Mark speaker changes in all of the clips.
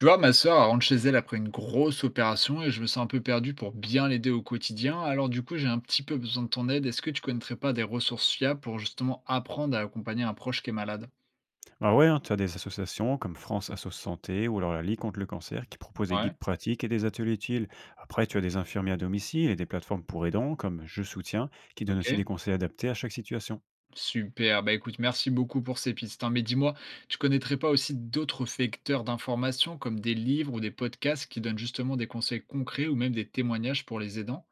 Speaker 1: Tu vois, ma sœur elle rentre chez elle après une grosse opération et je me sens un peu perdu pour bien l'aider au quotidien. Alors du coup, j'ai un petit peu besoin de ton aide. Est-ce que tu connaîtrais pas des ressources fiables pour justement apprendre à accompagner un proche qui est malade?
Speaker 2: Ah ouais, hein, tu as des associations comme France Asso Santé ou alors la Ligue contre le cancer qui proposent des
Speaker 1: Ouais,
Speaker 2: guides pratiques et des ateliers utiles. Après, tu as des infirmiers à domicile et des plateformes pour aidants comme Je soutiens qui donnent aussi
Speaker 1: ok.
Speaker 2: des conseils adaptés à chaque situation.
Speaker 1: Super. Bah écoute, merci beaucoup pour ces pistes, hein. Mais dis-moi, tu connaîtrais pas aussi d'autres vecteurs d'information comme des livres ou des podcasts qui donnent justement des conseils concrets ou même des témoignages pour les aidants?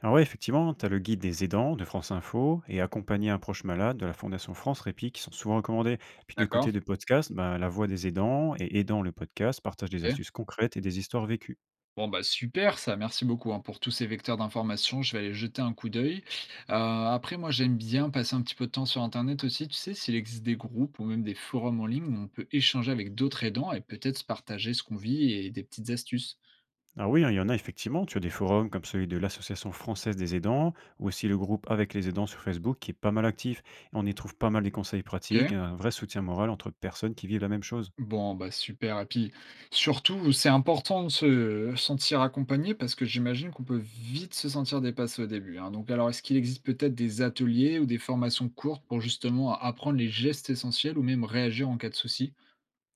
Speaker 2: Alors ouais, effectivement, tu as le guide des aidants de France Info et accompagner un proche malade de la Fondation France Répit qui sont souvent recommandés. Puis de côté
Speaker 1: D'accord.
Speaker 2: de podcast, bah, la voix des aidants et aidant le podcast partagent des
Speaker 1: Ok.
Speaker 2: astuces concrètes et des histoires vécues.
Speaker 1: Bon bah super ça, merci beaucoup, hein, pour tous ces vecteurs d'information, je vais aller jeter un coup d'œil. Après moi j'aime bien passer un petit peu de temps sur internet aussi, tu sais, s'il existe des groupes ou même des forums en ligne où on peut échanger avec d'autres aidants et peut-être se partager ce qu'on vit et des petites astuces.
Speaker 2: Ah oui, hein, il y en a effectivement. Tu as des forums comme celui de l'Association française des aidants ou aussi le groupe Avec les aidants sur Facebook qui est pas mal actif. On y trouve pas mal des conseils
Speaker 1: OK.
Speaker 2: pratiques et un vrai soutien moral entre personnes qui vivent la même chose.
Speaker 1: Bon bah super et puis surtout, c'est important de se sentir accompagné parce que j'imagine qu'on peut vite se sentir dépassé au début, hein. Donc alors est-ce qu'il existe peut-être des ateliers ou des formations courtes pour justement apprendre les gestes essentiels ou même réagir en cas de souci?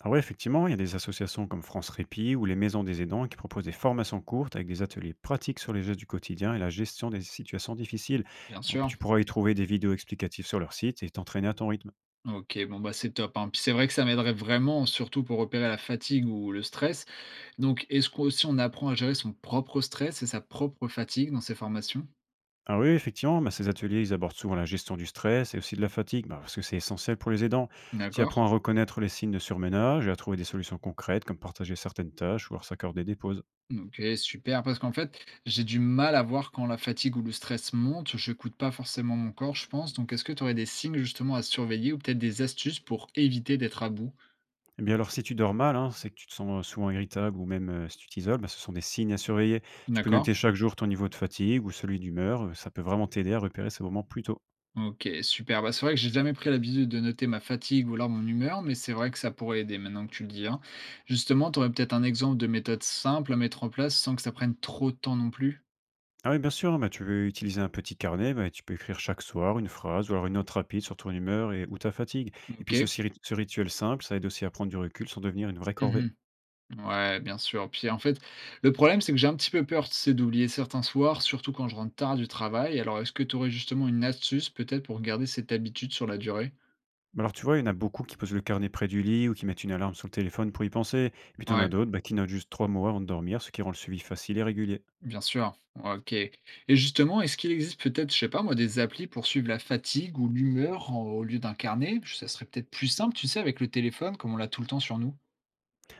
Speaker 2: Ah ouais, effectivement, il y a des associations comme France Répit ou les Maisons des aidants qui proposent des formations courtes avec des ateliers pratiques sur les gestes du quotidien et la gestion des situations difficiles.
Speaker 1: Bien sûr.
Speaker 2: Tu pourras y trouver des vidéos explicatives sur leur site et t'entraîner à ton rythme.
Speaker 1: OK, bon, bah, c'est top, hein. Puis c'est vrai que ça m'aiderait vraiment, surtout pour repérer la fatigue ou le stress. Donc est-ce qu'aussi on apprend à gérer son propre stress et sa propre fatigue dans ces formations?
Speaker 2: Ah oui, effectivement, bah, ces ateliers, ils abordent souvent la gestion du stress et aussi de la fatigue, bah, parce que c'est essentiel pour les aidants. Tu
Speaker 1: D'accord.
Speaker 2: apprends à reconnaître les signes de surménage et à trouver des solutions concrètes, comme partager certaines tâches ou alors s'accorder des pauses.
Speaker 1: OK, super, parce qu'en fait, j'ai du mal à voir quand la fatigue ou le stress monte. Je j'écoute pas forcément mon corps, je pense. Donc est-ce que tu aurais des signes justement à surveiller ou peut-être des astuces pour éviter d'être à bout?
Speaker 2: Eh bien alors, si tu dors mal, hein, c'est que tu te sens souvent irritable ou même si tu t'isoles, bah, ce sont des signes à surveiller. Tu peux
Speaker 1: D'accord.
Speaker 2: noter chaque jour ton niveau de fatigue ou celui d'humeur, ça peut vraiment t'aider à repérer ces moments plus tôt.
Speaker 1: OK, super. Bah, c'est vrai que j'ai jamais pris l'habitude de noter ma fatigue ou alors mon humeur, mais c'est vrai que ça pourrait aider maintenant que tu le dis, hein. Justement, tu aurais peut-être un exemple de méthode simple à mettre en place sans que ça prenne trop de temps non plus?
Speaker 2: Ah oui, bien sûr, bah, tu veux utiliser un petit carnet, bah, tu peux écrire chaque soir une phrase ou alors une note rapide sur ton humeur et ou ta fatigue. Et puis
Speaker 1: OK.
Speaker 2: ce rituel simple, ça aide aussi à prendre du recul sans devenir une vraie corvée.
Speaker 1: Mmh. Ouais, bien sûr. Puis, en fait, le problème, c'est que j'ai un petit peu peur, tu sais, d'oublier certains soirs, surtout quand je rentre tard du travail. Alors, est-ce que tu aurais justement une astuce peut-être pour garder cette habitude sur la durée?
Speaker 2: Bah, alors tu vois, il y en a beaucoup qui posent le carnet près du lit ou qui mettent une alarme sur le téléphone pour y penser. Et puis t'en as
Speaker 1: Ouais.
Speaker 2: d'autres bah, qui notent juste trois mots avant de dormir, ce qui rend le suivi facile et régulier.
Speaker 1: Bien sûr, OK. Et justement, est-ce qu'il existe peut-être, je sais pas moi, des applis pour suivre la fatigue ou l'humeur en- au lieu d'un carnet? Ça serait peut-être plus simple, tu sais, avec le téléphone, comme on l'a tout le temps sur nous.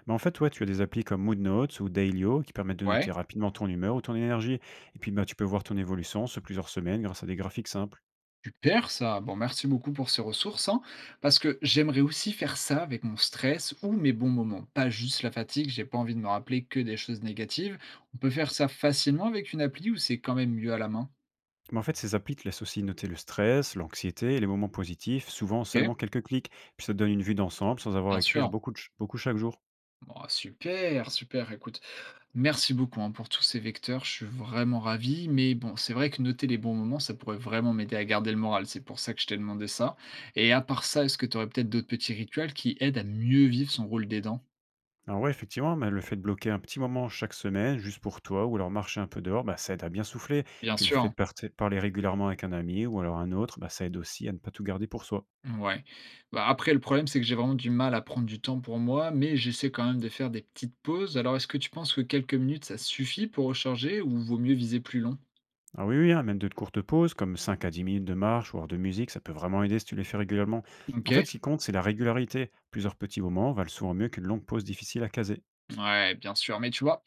Speaker 2: Mais en fait, ouais, tu as des applis comme Mood Notes ou Dailyo qui permettent de noter
Speaker 1: Ouais,
Speaker 2: rapidement ton humeur ou ton énergie. Et puis bah, tu peux voir ton évolution sur plusieurs semaines grâce à des graphiques simples.
Speaker 1: super ça. Bon, merci beaucoup pour ces ressources, hein, parce que j'aimerais aussi faire ça avec mon stress ou mes bons moments, pas juste la fatigue, j'ai pas envie de me rappeler que des choses négatives. On peut faire ça facilement avec une appli ou c'est quand même mieux à la main?
Speaker 2: Mais en fait, ces applis te laissent aussi noter le stress, l'anxiété et les moments positifs, souvent en
Speaker 1: OK,
Speaker 2: seulement quelques clics. Puis ça te donne une vue d'ensemble sans avoir
Speaker 1: bien
Speaker 2: à écrire
Speaker 1: sûr.
Speaker 2: beaucoup chaque jour.
Speaker 1: Bon, super, super, écoute. Merci beaucoup hein, pour tous ces vecteurs, je suis vraiment ravi. Mais bon, c'est vrai que noter les bons moments, ça pourrait vraiment m'aider à garder le moral. C'est pour ça que je t'ai demandé ça. Et à part ça, est-ce que tu aurais peut-être d'autres petits rituels qui aident à mieux vivre son rôle d'aidant?
Speaker 2: Alors ouais, effectivement, mais le fait de bloquer un petit moment chaque semaine, juste pour toi, ou alors marcher un peu dehors, bah, ça aide à bien souffler.
Speaker 1: Bien
Speaker 2: Puis le fait
Speaker 1: sûr.
Speaker 2: de parler régulièrement avec un ami ou alors un autre, bah, ça aide aussi à ne pas tout garder pour soi.
Speaker 1: Ouais. Bah, après, le problème, c'est que j'ai vraiment du mal à prendre du temps pour moi, mais j'essaie quand même de faire des petites pauses. Alors, est-ce que tu penses que quelques minutes, ça suffit pour recharger ou vaut mieux viser plus long?
Speaker 2: Ah oui, oui, hein, même de courtes pauses, comme 5 à 10 minutes de marche ou alors de musique, ça peut vraiment aider si tu les fais régulièrement.
Speaker 1: Ok.
Speaker 2: En fait, ce qui compte, c'est la régularité. Plusieurs petits moments valent souvent mieux qu'une longue pause difficile à caser.
Speaker 1: Ouais, bien sûr. Mais tu vois,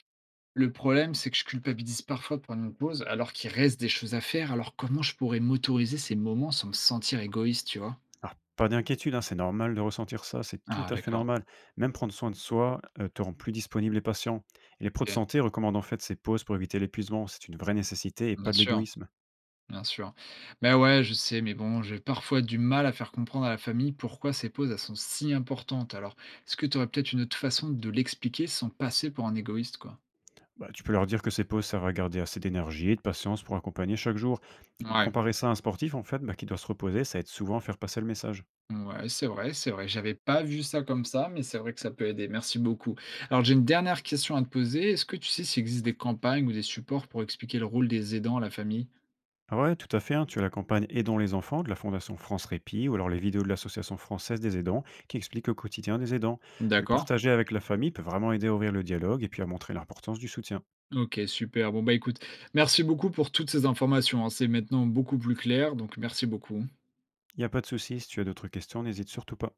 Speaker 1: le problème, c'est que je culpabilise parfois de prendre une pause, alors qu'il reste des choses à faire. Alors comment je pourrais m'autoriser ces moments sans me sentir égoïste, tu vois?
Speaker 2: Alors, pas d'inquiétude, hein, c'est normal de ressentir ça, c'est tout
Speaker 1: Ah
Speaker 2: à fait
Speaker 1: d'accord,
Speaker 2: normal. Même prendre soin de soi te rend plus disponible et patient. Et les pros de
Speaker 1: OK.
Speaker 2: santé recommandent en fait ces pauses pour éviter l'épuisement, c'est une vraie nécessité et pas
Speaker 1: Bien
Speaker 2: de
Speaker 1: sûr,
Speaker 2: l'égoïsme.
Speaker 1: bien sûr. Mais ouais, je sais, mais bon, j'ai parfois du mal à faire comprendre à la famille pourquoi ces pauses, elles sont si importantes. Alors, est-ce que tu aurais peut-être une autre façon de l'expliquer sans passer pour un égoïste, quoi?
Speaker 2: Bah, tu peux leur dire que ces pauses servent à garder assez d'énergie et de patience pour accompagner chaque jour.
Speaker 1: Ouais.
Speaker 2: Comparer ça à un sportif en fait bah, qui doit se reposer, ça aide souvent à faire passer le message.
Speaker 1: Ouais, c'est vrai, c'est vrai. J'avais pas vu ça comme ça, mais c'est vrai que ça peut aider. Merci beaucoup. Alors, j'ai une dernière question à te poser. Est-ce que tu sais s'il existe des campagnes ou des supports pour expliquer le rôle des aidants à la famille?
Speaker 2: Ah ouais, tout à fait, hein. Tu as la campagne Aidons les enfants de la Fondation France Répit ou alors les vidéos de l'Association française des aidants qui expliquent le quotidien des aidants. Le
Speaker 1: D'accord.
Speaker 2: partager avec la famille peut vraiment aider à ouvrir le dialogue et puis à montrer l'importance du soutien.
Speaker 1: Ok, super. Bon, bah écoute, merci beaucoup pour toutes ces informations, hein. C'est maintenant beaucoup plus clair, donc merci beaucoup.
Speaker 2: Il n'y a pas de souci, si tu as d'autres questions, n'hésite surtout pas.